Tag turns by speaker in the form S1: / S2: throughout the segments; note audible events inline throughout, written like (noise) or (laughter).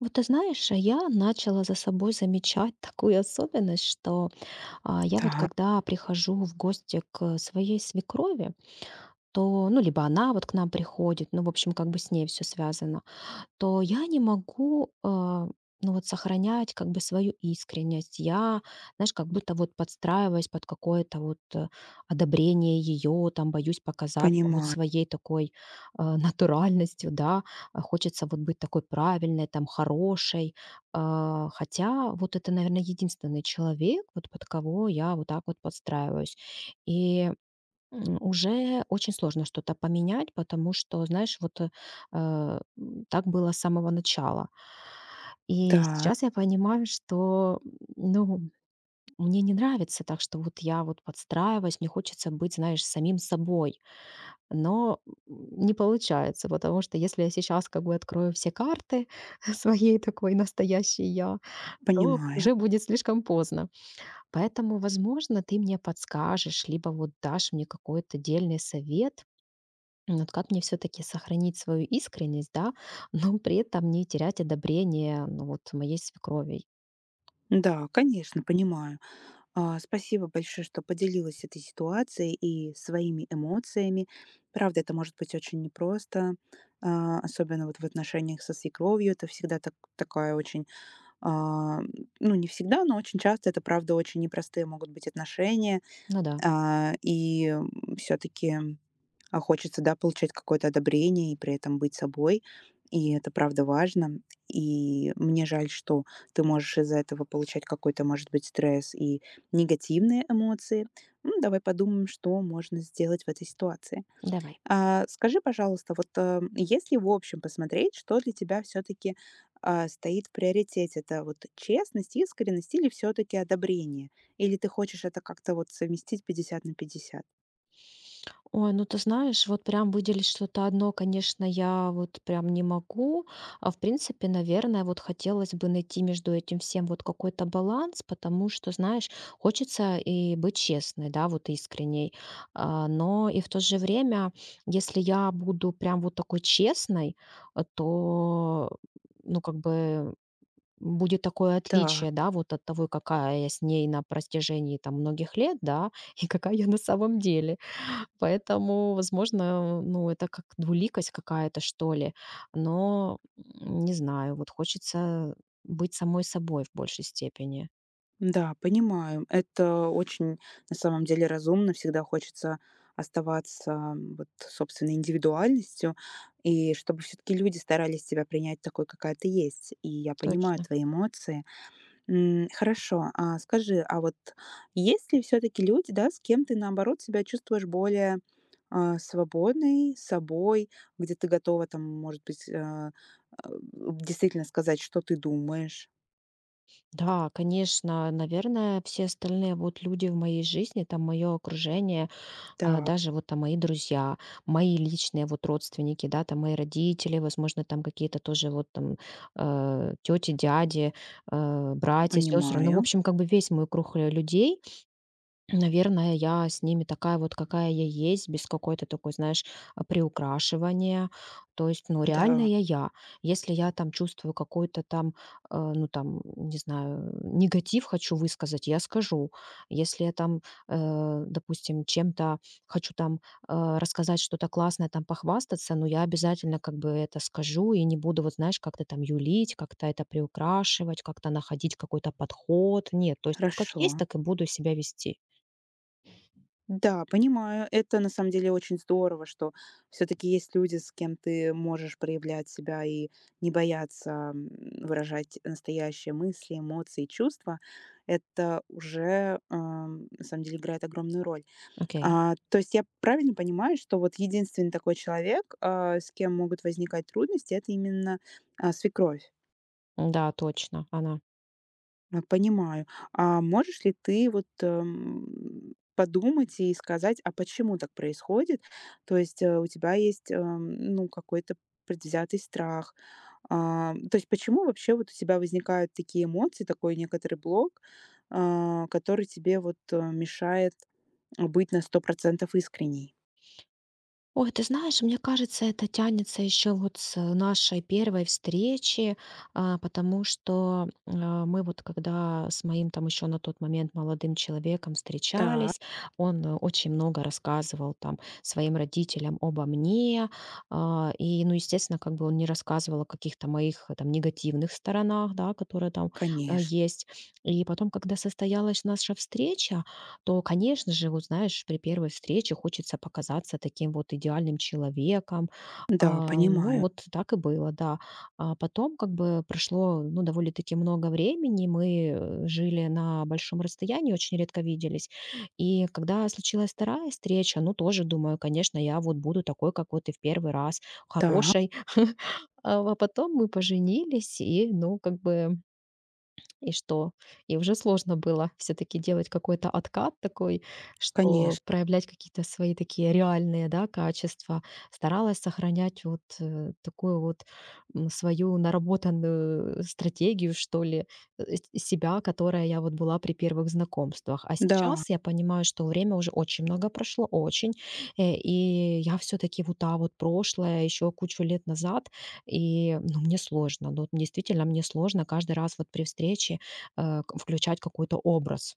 S1: Вот ты знаешь, я начала за собой замечать такую особенность, что я вот
S2: Так,
S1: когда прихожу в гости к своей свекрови, то, ну, либо она вот к нам приходит, ну, в общем, как бы с ней все связано, то я не могу, ну, вот сохранять как бы свою искренность. Я, знаешь, как будто вот подстраиваюсь под какое-то вот одобрение ее, там боюсь показаться вот
S2: понимаю.
S1: своей такой (laughs) натуральностью, да. А хочется вот быть такой правильной, там, хорошей. Хотя вот это, наверное, единственный человек, вот под кого я вот так вот подстраиваюсь. И Уже очень сложно что-то поменять, потому что, знаешь, вот, так было с самого начала. И
S2: Да,
S1: сейчас я понимаю, что, ну, мне не нравится так, что вот я подстраиваюсь, мне хочется быть, знаешь, самим собой. Но, не получается, потому что если я сейчас как бы открою все карты (laughs) своей такой настоящей я, то
S2: понимаю.
S1: уже будет слишком поздно. Поэтому, возможно, ты мне подскажешь, либо вот дашь мне какой-то дельный совет, ну вот как мне все-таки сохранить свою искренность, да, (laughs) но при этом не терять одобрение, ну, вот моей свекрови?
S2: Да, конечно, понимаю. Спасибо большое, что поделилась этой ситуацией и своими эмоциями. Правда, это может быть очень непросто, особенно вот в отношениях со свекровью. Это всегда так, такая очень, а, ну не всегда, но очень часто это, правда, очень непростые могут быть отношения.
S1: Ну да,
S2: А, и все-таки хочется, да, получать какое-то одобрение и при этом быть собой. И это правда важно. И мне жаль, что ты можешь из-за этого получать какой-то, может быть, стресс и негативные эмоции. Ну, давай подумаем, что можно сделать в этой ситуации.
S1: давай.
S2: Скажи, пожалуйста, вот если в общем посмотреть, что для тебя все-таки стоит в приоритете, это вот честность, искренность или все-таки одобрение? Или ты хочешь это как-то вот совместить 50 на
S1: Ой, ну ты знаешь, вот прям выделить что-то одно, конечно, я вот прям не могу. А в принципе, наверное, вот хотелось бы найти между этим всем вот какой-то баланс, потому что, знаешь, хочется и быть честной, да, вот искренней. Но и в то же время, если я буду прям вот такой честной, то, ну, как бы будет такое
S2: 50?
S1: отличие, да, вот от того, какая я с ней на протяжении там многих лет, да, (laughs) и какая я на самом деле. Поэтому, возможно, ну, это как двуликость какая-то, что ли. Но, не знаю, вот хочется быть самой собой в большей степени.
S2: Да, понимаю. Это очень, на самом деле, разумно. Всегда хочется оставаться вот собственной индивидуальностью, и чтобы все-таки люди старались тебя принять такой, какая ты есть. И я понимаю
S1: Точно.
S2: твои эмоции. Хорошо, а скажи, а вот есть ли все-таки люди, да, с кем ты, наоборот, себя чувствуешь более свободной, собой, где ты готова, там, может быть, а, действительно сказать, что ты думаешь?
S1: Да, конечно, наверное, все остальные вот люди в моей жизни, там мое окружение,
S2: Да,
S1: даже вот там мои друзья, мои личные вот родственники, да, там мои родители, возможно, там какие-то тоже вот там тети, дяди, братья, сестры, ну, в
S2: понимаю.
S1: общем, как бы весь мой круг людей. Наверное, я с ними такая вот, какая я есть, без какой-то такой, знаешь, приукрашивания. То есть, ну, реально
S2: Да.
S1: я. Если я там чувствую какой-то там, ну, там, не знаю, негатив хочу высказать, я скажу. Если я там, допустим, чем-то хочу там рассказать что-то классное, там похвастаться, ну, я обязательно как бы это скажу и не буду, вот знаешь, как-то там юлить, как-то это приукрашивать, как-то находить какой-то подход. Нет, то есть вот как есть,
S2: Хорошо.
S1: так и буду себя вести.
S2: Да, понимаю. Это на самом деле очень здорово, что все-таки есть люди, с кем ты можешь проявлять себя и не бояться выражать настоящие мысли, эмоции, и чувства. Это уже на самом деле играет огромную роль.
S1: Окей.
S2: А, то есть я правильно понимаю, что вот единственный такой человек, с кем могут возникать трудности, это именно свекровь.
S1: Да, точно, она.
S2: Понимаю. А можешь ли ты вот, подумать и сказать, а почему так происходит? То есть, у тебя есть, ну, какой-то предвзятый страх. А, то есть почему вообще вот у тебя возникают такие эмоции, такой некоторый блок, который тебе вот, мешает быть на сто процентов искренней?
S1: Ой, ты знаешь, мне кажется, это тянется еще вот с нашей первой встречи, потому что, мы вот когда с моим там еще на тот момент молодым человеком
S2: Так,
S1: встречались, он очень много рассказывал там своим родителям обо мне, и, ну, естественно, как бы он не рассказывал о каких-то моих там негативных сторонах, да, которые там
S2: конечно.
S1: есть. И потом, когда состоялась наша встреча, то, конечно же, вот знаешь, при первой встрече хочется показаться таким вот идеальным человеком.
S2: Да,
S1: А, ну,
S2: понимаю.
S1: вот так и было, да. А потом как бы прошло, ну, довольно-таки много времени, мы жили на большом расстоянии, очень редко виделись. И когда случилась вторая встреча, ну, тоже думаю, конечно, я вот буду такой, как вот и в первый раз,
S2: Так,
S1: хорошей. (laughs) А потом мы поженились, и, ну, как бы и что? И уже сложно было все таки делать какой-то откат такой, что
S2: конечно.
S1: проявлять какие-то свои такие реальные, да, качества. Старалась сохранять вот, такую вот, свою наработанную стратегию, что ли, э, с себя, которая я вот была при первых знакомствах. А
S2: Да.
S1: сейчас я понимаю, что время уже очень много прошло, очень, и я все таки вот та вот прошлое, еще кучу лет назад, и, ну, мне сложно, ну, вот действительно мне сложно каждый раз вот при встрече, э, к включать какой-то образ.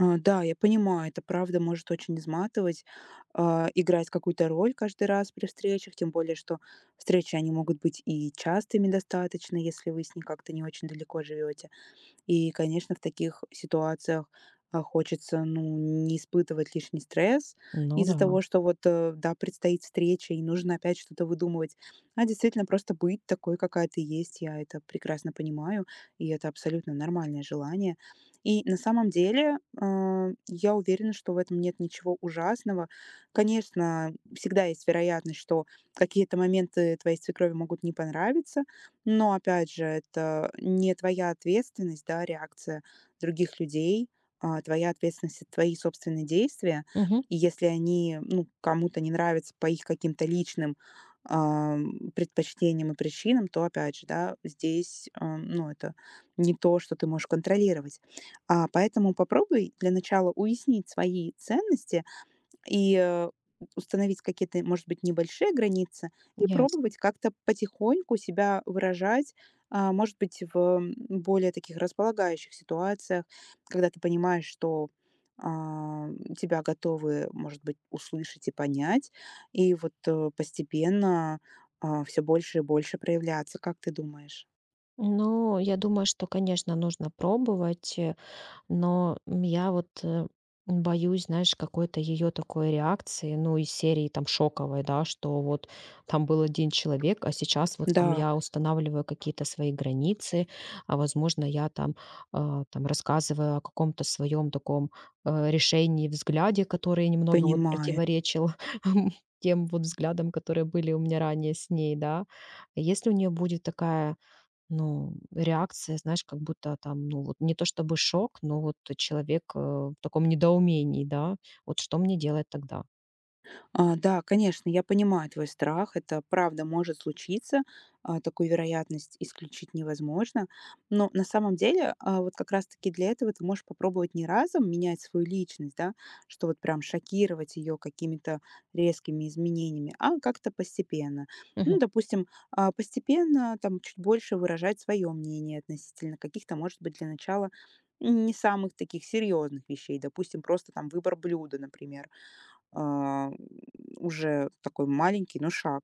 S2: А, да, я понимаю, это правда может очень изматывать, играть какую-то роль каждый раз при встречах, тем более, что встречи, они могут быть и частыми достаточно, если вы с ней как-то не очень далеко живете. И, конечно, в таких ситуациях, хочется, ну, не испытывать лишний стресс
S1: Ну
S2: из-за
S1: да.
S2: того, что вот, да, предстоит встреча и нужно опять что-то выдумывать, а действительно просто быть такой, какая ты есть. Я это прекрасно понимаю, и это абсолютно нормальное желание. И на самом деле, я уверена, что в этом нет ничего ужасного. Конечно, всегда есть вероятность, что какие-то моменты твоей свекрови могут не понравиться, но опять же, это не твоя ответственность, да, реакция других людей, твоя ответственность- это твои собственные действия.
S1: Мгм.
S2: И если они, ну, кому-то не нравятся по их каким-то личным, предпочтениям и причинам, то опять же, да, здесь, ну, это не то, что ты можешь контролировать. Поэтому попробуй для начала уяснить свои ценности и, установить какие-то, может быть, небольшие границы и
S1: Ясно.
S2: пробовать как-то потихоньку себя выражать, может быть, в, более таких располагающих ситуациях, когда ты понимаешь, что, а, тебя готовы, может быть, услышать и понять, и вот, постепенно, все больше и больше проявляться. Как ты думаешь?
S1: Ну, я думаю, что, конечно, нужно пробовать. Но, я вот, боюсь, знаешь, какой-то ее такой реакции, ну, из серии там шоковой, да, что вот там был один человек, а сейчас вот там
S2: Да,
S1: я устанавливаю какие-то свои границы, возможно, я там, там рассказываю о каком-то своем таком, решении, взгляде, который немного вот
S2: понимаю.
S1: противоречил (laughs) тем вот взглядам, которые были у меня ранее с ней, да. Если у нее будет такая, ну, реакция, знаешь, как будто там, ну, вот не то чтобы шок, но вот человек, в таком недоумении, да. Вот что мне делать тогда?
S2: А, да, конечно, я понимаю твой страх. Это правда может случиться. А, такую вероятность исключить невозможно. Но на самом деле, вот как раз-таки для этого ты можешь попробовать не разом менять свою личность, да, что вот прям шокировать ее какими-то резкими изменениями, а как-то постепенно. Ну,
S1: Мгм.
S2: допустим, постепенно там чуть больше выражать свое мнение относительно каких-то, может быть, для начала не самых таких серьезных вещей, допустим, просто там выбор блюда, например а, уже такой маленький, но шаг.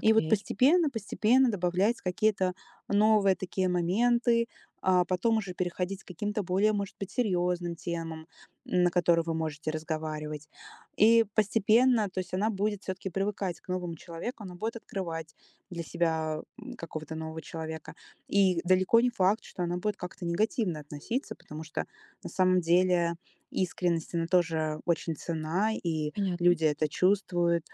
S2: И вот постепенно, постепенно добавлять какие-то новые такие моменты, а потом уже переходить к каким-то более, может быть, серьезным темам, на которые вы можете разговаривать. И постепенно, то есть она будет все-таки привыкать к новому человеку, она будет открывать для себя какого-то нового человека. И далеко не факт, что она будет как-то негативно относиться, потому что на самом деле искренность, она тоже очень цена, и
S1: понятно.
S2: Люди это чувствуют,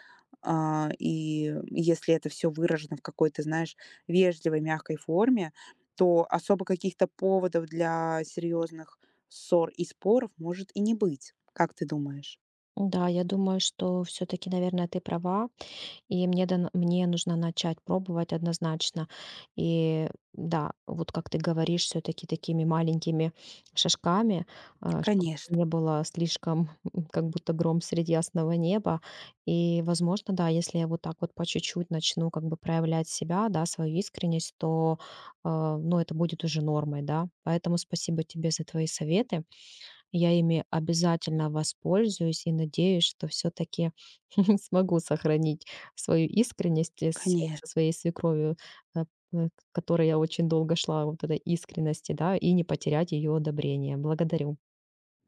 S2: и если это все выражено в какой-то, знаешь, вежливой, мягкой форме, то особо каких-то поводов для серьезных ссор и споров может и не быть. Как ты думаешь?
S1: Да, я думаю, что все-таки, наверное, ты права. И мне нужно начать пробовать однозначно. И да, вот как ты говоришь, все таки такими маленькими шажками, чтобы
S2: Конечно,
S1: не было слишком, (laughs) как будто гром среди ясного неба. И, возможно, да, если я вот так вот по чуть-чуть начну как бы проявлять себя, да, свою искренность, то, ну, это будет уже нормой, да. Поэтому спасибо тебе за твои советы. Я ими обязательно воспользуюсь и надеюсь, что все таки (laughs) смогу сохранить свою искренность и с
S2: конечно.
S1: со своей свекровью, э, к которой я очень долго шла, вот этой искренности, да, и не потерять ее одобрение. Благодарю.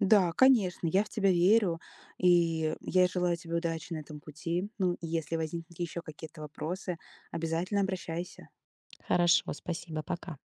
S2: Да, конечно, я в тебя верю, и я желаю тебе удачи на этом пути. Ну, и если возникнут еще какие-то вопросы, обязательно обращайся.
S1: Хорошо, спасибо, пока.